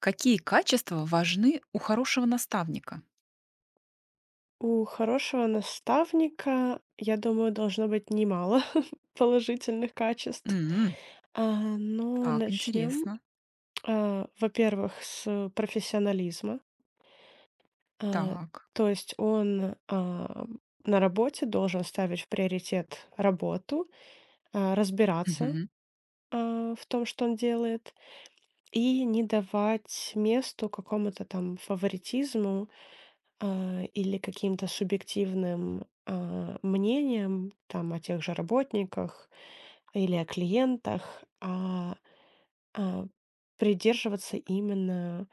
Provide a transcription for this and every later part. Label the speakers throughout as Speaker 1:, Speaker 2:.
Speaker 1: Какие качества важны у хорошего наставника?
Speaker 2: У хорошего наставника, я думаю, должно быть немало положительных качеств.
Speaker 1: М.
Speaker 2: А, но
Speaker 1: Так,
Speaker 2: начнем,
Speaker 1: интересно.
Speaker 2: во-первых, с профессионализма. А,
Speaker 1: Так.
Speaker 2: то есть он, на работе должен ставить в приоритет работу, разбираться,
Speaker 1: Мгм.
Speaker 2: в том, что он делает, и не давать месту какому-то там фаворитизму, или каким-то субъективным, мнением, там, о тех же работниках или о клиентах, а, придерживаться именно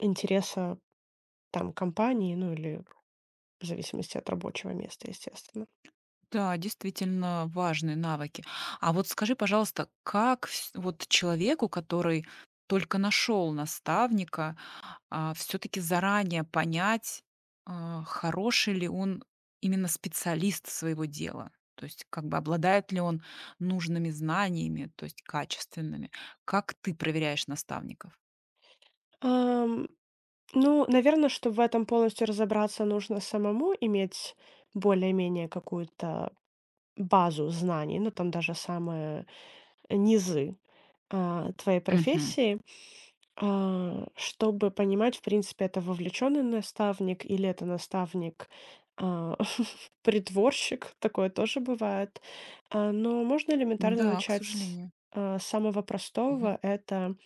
Speaker 2: интереса, там, компании, ну, или в зависимости от рабочего места, естественно.
Speaker 1: Да, действительно важные навыки. А вот скажи, пожалуйста, как вот человеку, который только нашел наставника, все-таки заранее понять, хороший ли он именно специалист своего дела? То есть как бы обладает ли он нужными знаниями, то есть качественными? Как ты проверяешь наставников?
Speaker 2: Ам, ну, наверное, чтобы в этом полностью разобраться, нужно самому иметь более-менее какую-то базу знаний. Ну, там даже самые низы, твоей профессии, чтобы понимать, в принципе, это вовлеченный наставник или это наставник, а, притворщик, такое тоже бывает. Но можно элементарно
Speaker 1: Да, к
Speaker 2: начать с,
Speaker 1: сожалению.
Speaker 2: самого
Speaker 1: Мгм.
Speaker 2: простого. Это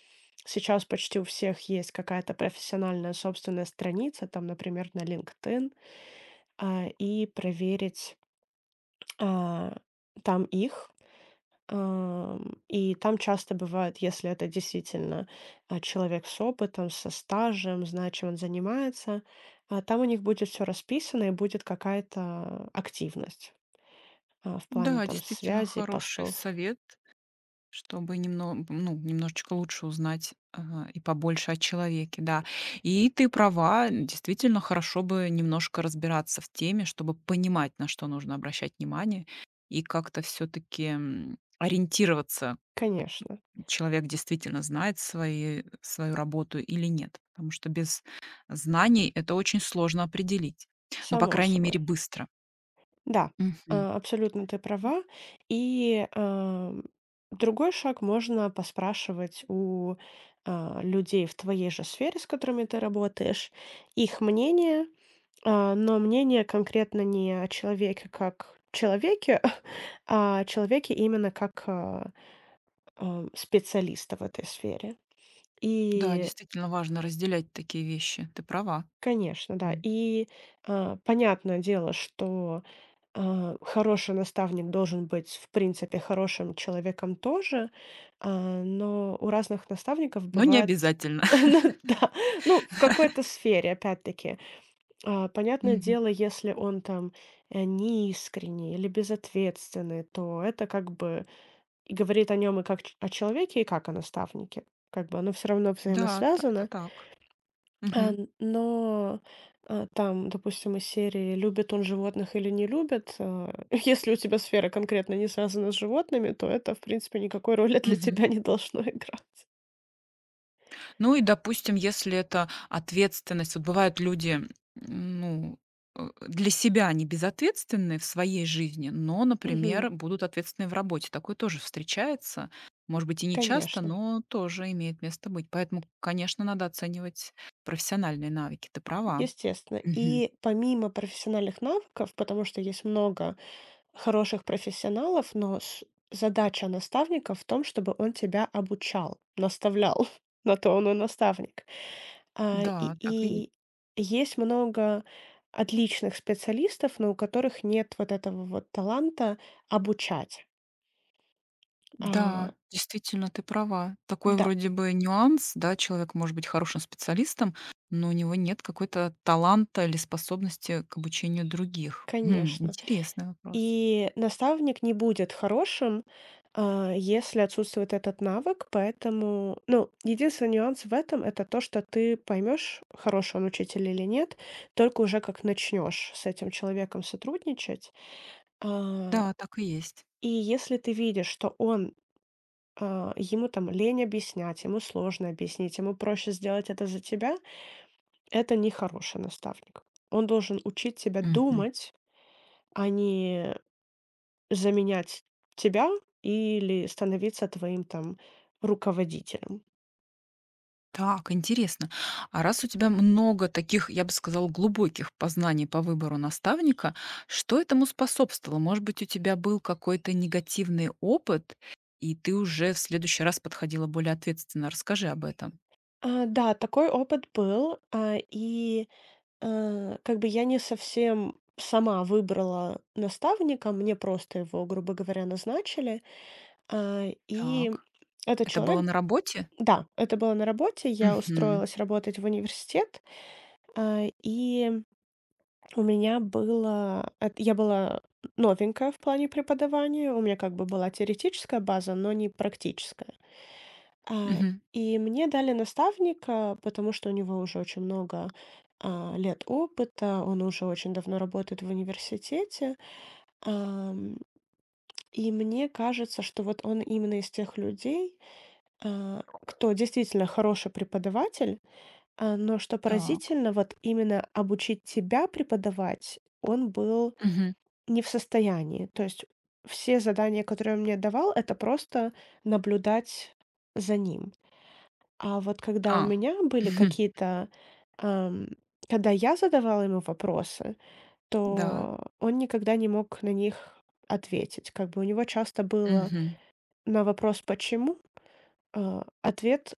Speaker 2: сейчас почти у всех есть какая-то профессиональная собственная страница, там, например, на LinkedIn, и проверить, а, там их. И там часто бывает, если это действительно, человек с опытом, со стажем, знает, чем он занимается, там у них будет все расписано и будет какая-то активность, в плане
Speaker 1: Да,
Speaker 2: там
Speaker 1: действительно
Speaker 2: связей,
Speaker 1: хороший
Speaker 2: постов.
Speaker 1: совет, чтобы немного, ну, немножечко лучше узнать, и побольше о человеке, да. И ты права, действительно хорошо бы немножко разбираться в теме, чтобы понимать, на что нужно обращать внимание, и как-то все таки ориентироваться,
Speaker 2: Конечно,
Speaker 1: человек действительно знает свои свою работу или нет. Потому что без знаний это очень сложно определить, но по
Speaker 2: само
Speaker 1: крайней мере,
Speaker 2: собой.
Speaker 1: быстро.
Speaker 2: Да,
Speaker 1: Мгм.
Speaker 2: абсолютно ты права. И, другой шаг- можно поспрашивать у, людей в твоей же сфере, с которыми ты работаешь, их мнение. Но мнение конкретно не о человеке как человеке, а о человеке именно как, специалиста в этой сфере.
Speaker 1: Да,
Speaker 2: И,
Speaker 1: действительно важно разделять такие вещи. Ты права.
Speaker 2: конечно, да.
Speaker 1: М.
Speaker 2: И, понятное дело, что, хороший наставник должен быть, в принципе, хорошим человеком тоже, но у разных наставников
Speaker 1: Но не
Speaker 2: бывает.
Speaker 1: обязательно.
Speaker 2: Ну да, ну, в какой-то сфере опять-таки. Понятное
Speaker 1: Мгм.
Speaker 2: дело, если он там, неискренний или безответственный, то это как бы и говорит о нем и как ч о человеке, и как о наставнике. Как бы оно все равно
Speaker 1: Да, та это
Speaker 2: взаимосвязано.
Speaker 1: так.
Speaker 2: А,
Speaker 1: Мгм.
Speaker 2: н- но, а, там, допустим, из серии "Любит он животных или не любит", если у тебя сфера конкретно не связана с животными, то это, в принципе, никакой роли для
Speaker 1: Мгм.
Speaker 2: тебя не должно играть.
Speaker 1: Ну и, допустим, если это ответственность, вот бывают люди, ну, для себя они безответственны в своей жизни, но,
Speaker 2: Мгм.
Speaker 1: например, будут ответственны в работе. Такое тоже встречается. Может быть, и не часто,
Speaker 2: Конечно.
Speaker 1: но тоже имеет место быть. Поэтому, конечно, надо оценивать профессиональные навыки. Ты права.
Speaker 2: Естественно.
Speaker 1: Мгм.
Speaker 2: И помимо профессиональных навыков, потому что есть много хороших профессионалов, но задача наставника в том, чтобы он тебя обучал, наставлял. На то он и наставник. А, и,
Speaker 1: Да, так и есть.
Speaker 2: и есть много отличных специалистов, но у которых нет вот этого вот таланта обучать. А,
Speaker 1: Да, действительно, ты права. Такой
Speaker 2: да,
Speaker 1: вроде бы нюанс, да, человек может быть хорошим специалистом, но у него нет какой-то таланта или способности к обучению других.
Speaker 2: конечно.
Speaker 1: Интересный вопрос.
Speaker 2: И наставник не будет хорошим, если отсутствует этот навык, поэтому, ну, единственный нюанс в этом- это то, что ты поймешь, хороший он учитель или нет, только уже как начнешь с этим человеком сотрудничать. А,
Speaker 1: Да, так и есть.
Speaker 2: и если ты видишь, что он, ему там лень объяснять, ему сложно объяснить, ему проще сделать это за тебя, это не хороший наставник. Он должен учить тебя
Speaker 1: Мгм.
Speaker 2: думать, а не заменять тебя или становиться твоим там руководителем.
Speaker 1: Так, интересно. А раз у тебя много таких, я бы сказала, глубоких познаний по выбору наставника, что этому способствовало? Может быть, у тебя был какой-то негативный опыт, и ты уже в следующий раз подходила более ответственно. Расскажи об этом.
Speaker 2: Да, такой опыт был, как бы я не совсем сама выбрала наставника, мне просто его, грубо говоря, назначили. И
Speaker 1: Так.
Speaker 2: этот
Speaker 1: Это было
Speaker 2: человек.
Speaker 1: на работе?
Speaker 2: Да, это было на работе, я
Speaker 1: Мгм.
Speaker 2: устроилась работать в университет, и У меня было эт я была новенькая в плане преподавания, у меня как бы была теоретическая база, но не практическая. А,
Speaker 1: Мгм.
Speaker 2: и мне дали наставника, потому что у него уже очень много, лет опыта, он уже очень давно работает в университете. Ам, и мне кажется, что вот он именно из тех людей, кто действительно хороший преподаватель. Но что
Speaker 1: Так.
Speaker 2: поразительно, вот именно обучить тебя преподавать он был
Speaker 1: Мгм.
Speaker 2: не в состоянии. То есть все задания, которые он мне давал, это просто наблюдать за ним. А вот когда у
Speaker 1: А.
Speaker 2: меня были
Speaker 1: Мгм.
Speaker 2: какие-то, ам, когда я задавала ему вопросы,
Speaker 1: Да.
Speaker 2: то он никогда не мог на них ответить. Как бы у него часто было
Speaker 1: Мгм.
Speaker 2: на вопрос «почему?» Ответ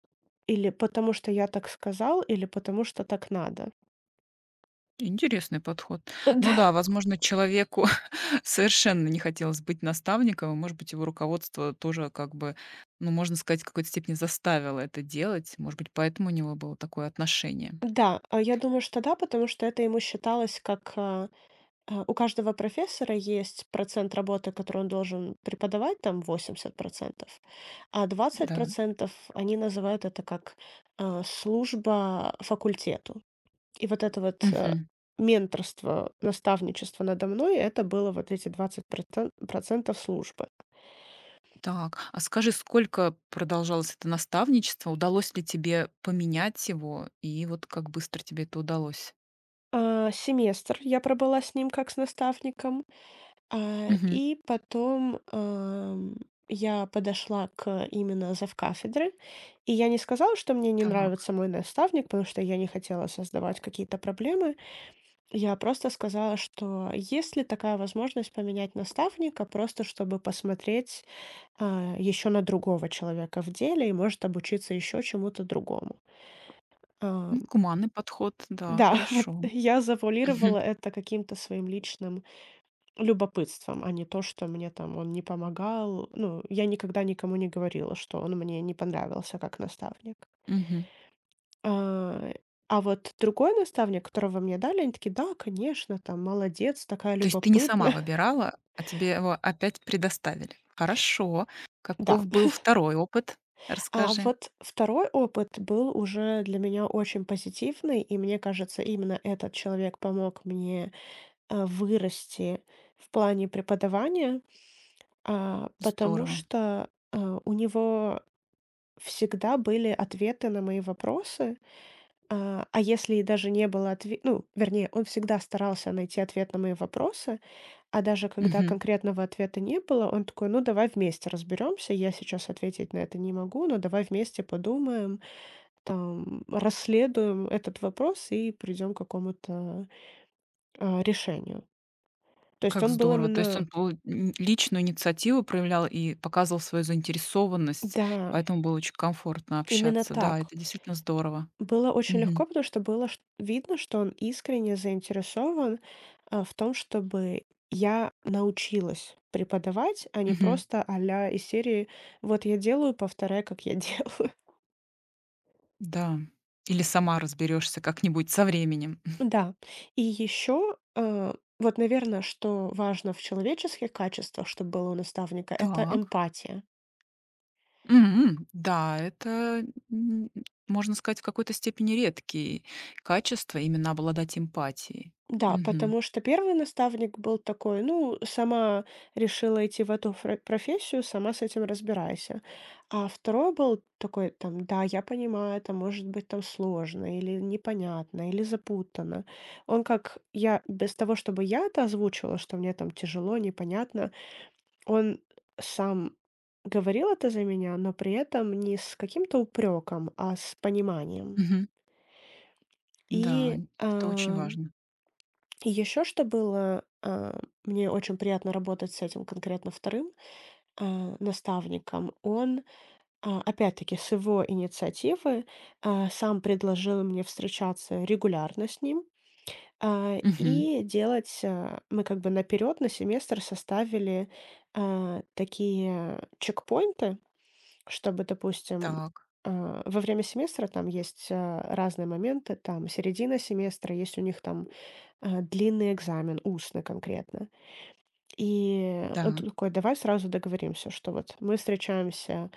Speaker 2: или «потому что я так сказал», или «потому что так надо».
Speaker 1: Интересный подход. Ну да, возможно, человеку совершенно не хотелось быть наставником, и, может быть, его руководство тоже как бы, ну, можно сказать, в какой-то степени заставило это делать. Может быть, поэтому у него было такое отношение.
Speaker 2: Да, а я думаю, что да, потому что это ему считалось как. У каждого профессора есть процент работы, который он должен преподавать, там 80%, а
Speaker 1: Да.
Speaker 2: 20% они называют это как, служба факультету. И вот это вот,
Speaker 1: Мгм.
Speaker 2: менторство, наставничество надо мной- это было вот эти 20% службы.
Speaker 1: Так, а скажи, сколько продолжалось это наставничество? Удалось ли тебе поменять его? И вот как быстро тебе это удалось?
Speaker 2: Семестр я пробыла с ним как с наставником. А,
Speaker 1: Мгм.
Speaker 2: и потом, я подошла к именно завкафедры, и я не сказала, что мне не
Speaker 1: Так.
Speaker 2: нравится мой наставник, потому что я не хотела создавать какие-то проблемы. Я просто сказала, что есть ли такая возможность поменять наставника, просто чтобы посмотреть, еще на другого человека в деле и, может, обучиться еще чему-то другому.
Speaker 1: Ну,
Speaker 2: Ам,
Speaker 1: гуманный подход, да,
Speaker 2: да, вот
Speaker 1: хорошо.
Speaker 2: я завуалировала
Speaker 1: Мгм,
Speaker 2: это каким-то своим личным любопытством, а не то, что мне там он не помогал. Ну, я никогда никому не говорила, что он мне не понравился как наставник.
Speaker 1: мгм.
Speaker 2: А, а вот другой наставник, которого мне дали, они такие: "Да, конечно, там молодец, такая
Speaker 1: То есть ты не сама
Speaker 2: любопытная".
Speaker 1: выбирала, а тебе его опять предоставили. Хорошо.
Speaker 2: Да.
Speaker 1: Каков был второй опыт?
Speaker 2: А
Speaker 1: Расскажи.
Speaker 2: вот второй опыт был уже для меня очень позитивный, и мне кажется, именно этот человек помог мне, вырасти в плане преподавания, потому
Speaker 1: Здорово.
Speaker 2: что, у него всегда были ответы на мои вопросы. А если и даже не было отве ну, вернее, он всегда старался найти ответ на мои вопросы, а даже когда
Speaker 1: Мгм.
Speaker 2: конкретного ответа не было, он такой: "Ну, давай вместе разберемся. Я сейчас ответить на это не могу, но давай вместе подумаем, там, расследуем этот вопрос и придем к какому-то, решению". То есть
Speaker 1: Как
Speaker 2: он был
Speaker 1: здорово. То есть
Speaker 2: именно
Speaker 1: он личную инициативу проявлял и показывал свою заинтересованность,
Speaker 2: да,
Speaker 1: поэтому было очень комфортно
Speaker 2: именно
Speaker 1: общаться. Да,
Speaker 2: так.
Speaker 1: это действительно здорово.
Speaker 2: Было очень
Speaker 1: Мгм,
Speaker 2: легко, потому что было ш видно, что он искренне заинтересован, в том, чтобы я научилась преподавать, а не
Speaker 1: мгм.
Speaker 2: просто а-ля из серии: "Вот я делаю, повторяй, как я делаю".
Speaker 1: Да. Или сама разберешься как-нибудь со временем.
Speaker 2: Да. И еще, вот, наверное, что важно в человеческих качествах, чтобы было у наставника- это
Speaker 1: Так.
Speaker 2: эмпатия.
Speaker 1: Да, это, м, можно сказать, в какой-то степени редкие качества, именно обладать эмпатией.
Speaker 2: Да,
Speaker 1: Мгм.
Speaker 2: потому что первый наставник был такой: "Ну, сама решила идти в эту фро профессию, сама с этим разбирайся". А второй был такой там: "Да, я понимаю, это может быть там сложно или непонятно, или запутанно". Он как я без того, чтобы я это озвучила, что мне там тяжело, непонятно, он сам говорил это за меня, но при этом не с каким-то упреком, а с пониманием.
Speaker 1: Мгм. Да,
Speaker 2: И, а
Speaker 1: это очень важно.
Speaker 2: и еще что было, мне очень приятно работать с этим конкретно вторым наставником. Он, опять-таки, с его инициативы, сам предложил мне встречаться регулярно с ним,
Speaker 1: Мгм.
Speaker 2: и делать, мы как бы наперед на семестр составили, такие чекпоинты, чтобы, допустим,
Speaker 1: Так,
Speaker 2: во время семестра там есть, разные моменты, там середина семестра, есть у них там длинный экзамен, устный конкретно. И он
Speaker 1: да.
Speaker 2: тут такой: "Давай сразу договоримся, что вот мы встречаемся,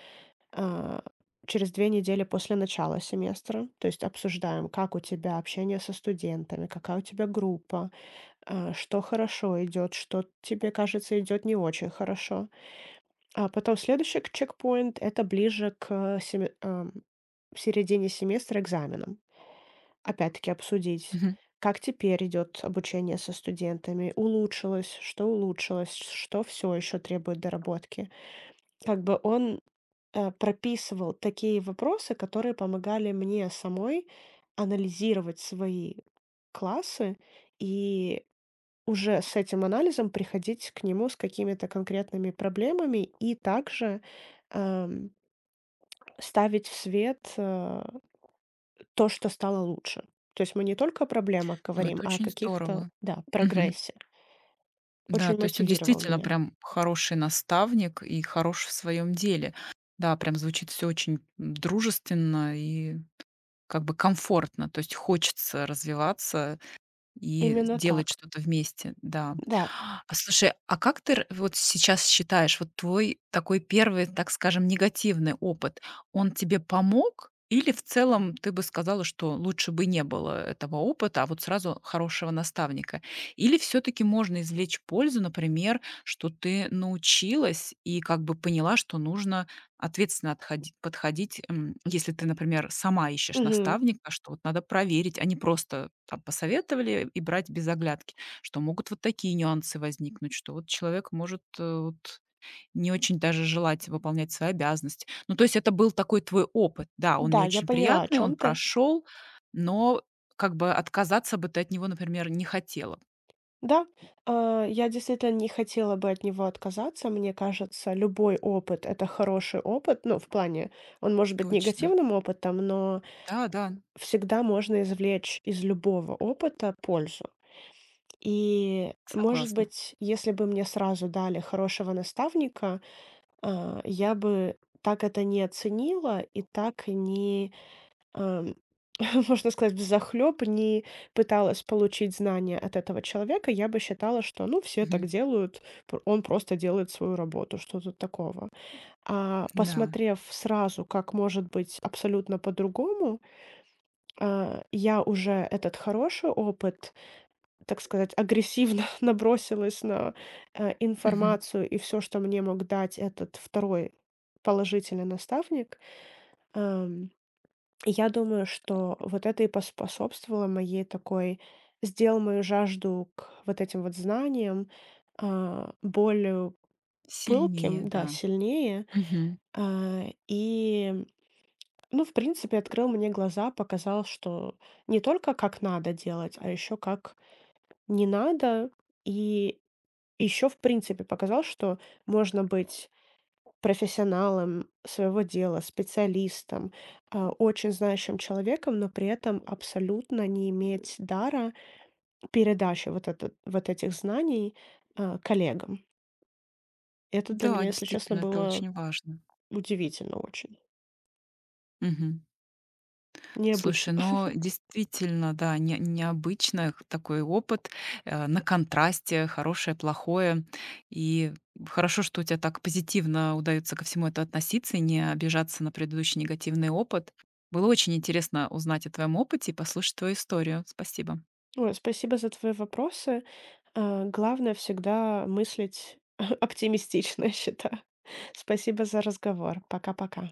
Speaker 2: а, через 2 недели после начала семестра, то есть обсуждаем, как у тебя общение со студентами, какая у тебя группа, что хорошо идет, что тебе кажется идет не очень хорошо". А потом следующий к чекпоинт- это ближе к середине семестра экзаменам. Опять-таки обсудить,
Speaker 1: Мгм.
Speaker 2: как теперь идет обучение со студентами, улучшилось, что все еще требует доработки. Как бы он прописывал такие вопросы, которые помогали мне самой анализировать свои классы и уже с этим анализом приходить к нему с какими-то конкретными проблемами и также эм, ставить в свет то, что стало лучше. То есть мы не только о проблемах
Speaker 1: Ну,
Speaker 2: говорим,
Speaker 1: это
Speaker 2: а о
Speaker 1: очень
Speaker 2: каких-то,
Speaker 1: здорово.
Speaker 2: да,
Speaker 1: Мгм.
Speaker 2: прогрессе.
Speaker 1: Да,
Speaker 2: Очень
Speaker 1: то есть он
Speaker 2: мотивировал
Speaker 1: действительно
Speaker 2: меня.
Speaker 1: прям хороший наставник и хорош в своем деле. Да, прям звучит все очень, дружественно и как бы комфортно, то есть хочется развиваться и
Speaker 2: Именно
Speaker 1: делать
Speaker 2: так.
Speaker 1: что-то вместе, да.
Speaker 2: Да.
Speaker 1: А слушай, а как ты р вот сейчас считаешь, вот твой такой первый, так скажем, негативный опыт, он тебе помог или в целом ты бы сказала, что лучше бы не было этого опыта, а вот сразу хорошего наставника? Или все таки можно извлечь пользу, например, что ты научилась и как бы поняла, что нужно Ответственно отходи подходить. Если ты, например, сама ищешь
Speaker 2: Мгм.
Speaker 1: наставника, что вот надо проверить, а не просто там посоветовали и брать без оглядки, что могут вот такие нюансы возникнуть, что вот человек может, вот не очень даже желать выполнять свои обязанности. Ну, то есть это был такой твой опыт. Да, он не
Speaker 2: Да, я
Speaker 1: очень
Speaker 2: поняла, о
Speaker 1: приятный, он
Speaker 2: чем ты.
Speaker 1: прошел, но как бы отказаться бы ты от него, например, не хотела.
Speaker 2: Да, я действительно не хотела бы от него отказаться. Мне кажется, любой опыт- это хороший опыт. Ну, в плане, он может быть
Speaker 1: Точно.
Speaker 2: негативным опытом, но
Speaker 1: Да, да,
Speaker 2: всегда можно извлечь из любого опыта пользу. И, может
Speaker 1: согласна.
Speaker 2: быть, если бы мне сразу дали хорошего наставника, я бы так это не оценила и так не ам, можно сказать, взахлёб не пыталась получить знания от этого человека, я бы считала, что, ну, все так
Speaker 1: Мгм.
Speaker 2: делают, он просто делает свою работу, что тут такого. А
Speaker 1: Да.
Speaker 2: посмотрев сразу, как может быть абсолютно по-другому, я уже этот хороший опыт, так сказать, агрессивно набросилась на
Speaker 1: Мгм.
Speaker 2: информацию и все, что мне мог дать этот второй положительный наставник. Я думаю, что вот это и поспособствовало моей такой сделал мою жажду к вот этим вот знаниям, более
Speaker 1: Сильнее,
Speaker 2: пылким, да,
Speaker 1: да.
Speaker 2: сильнее.
Speaker 1: Мгм.
Speaker 2: А, и, ну, в принципе, открыл мне глаза, показал, что не только как надо делать, а еще как не надо. И еще, в принципе, показал, что можно быть профессионалом своего дела, специалистом, очень знающим человеком, но при этом абсолютно не иметь дара передачи вот, этот, вот этих знаний коллегам. Это для
Speaker 1: Да,
Speaker 2: меня, если честно,
Speaker 1: действительно, это
Speaker 2: было
Speaker 1: очень важно.
Speaker 2: удивительно очень,
Speaker 1: Мгм. Слушай,
Speaker 2: необычно.
Speaker 1: ну действительно, да, не необычно х такой опыт, на контрасте хорошее, плохое. И хорошо, что у тебя так позитивно удаётся ко всему это относиться и не обижаться на предыдущий негативный опыт. Было очень интересно узнать о твоем опыте и послушать твою историю. Спасибо.
Speaker 2: Ой, спасибо за твои вопросы. Главное всегда мыслить оптимистично, я считаю. Спасибо за разговор. Пока-пока.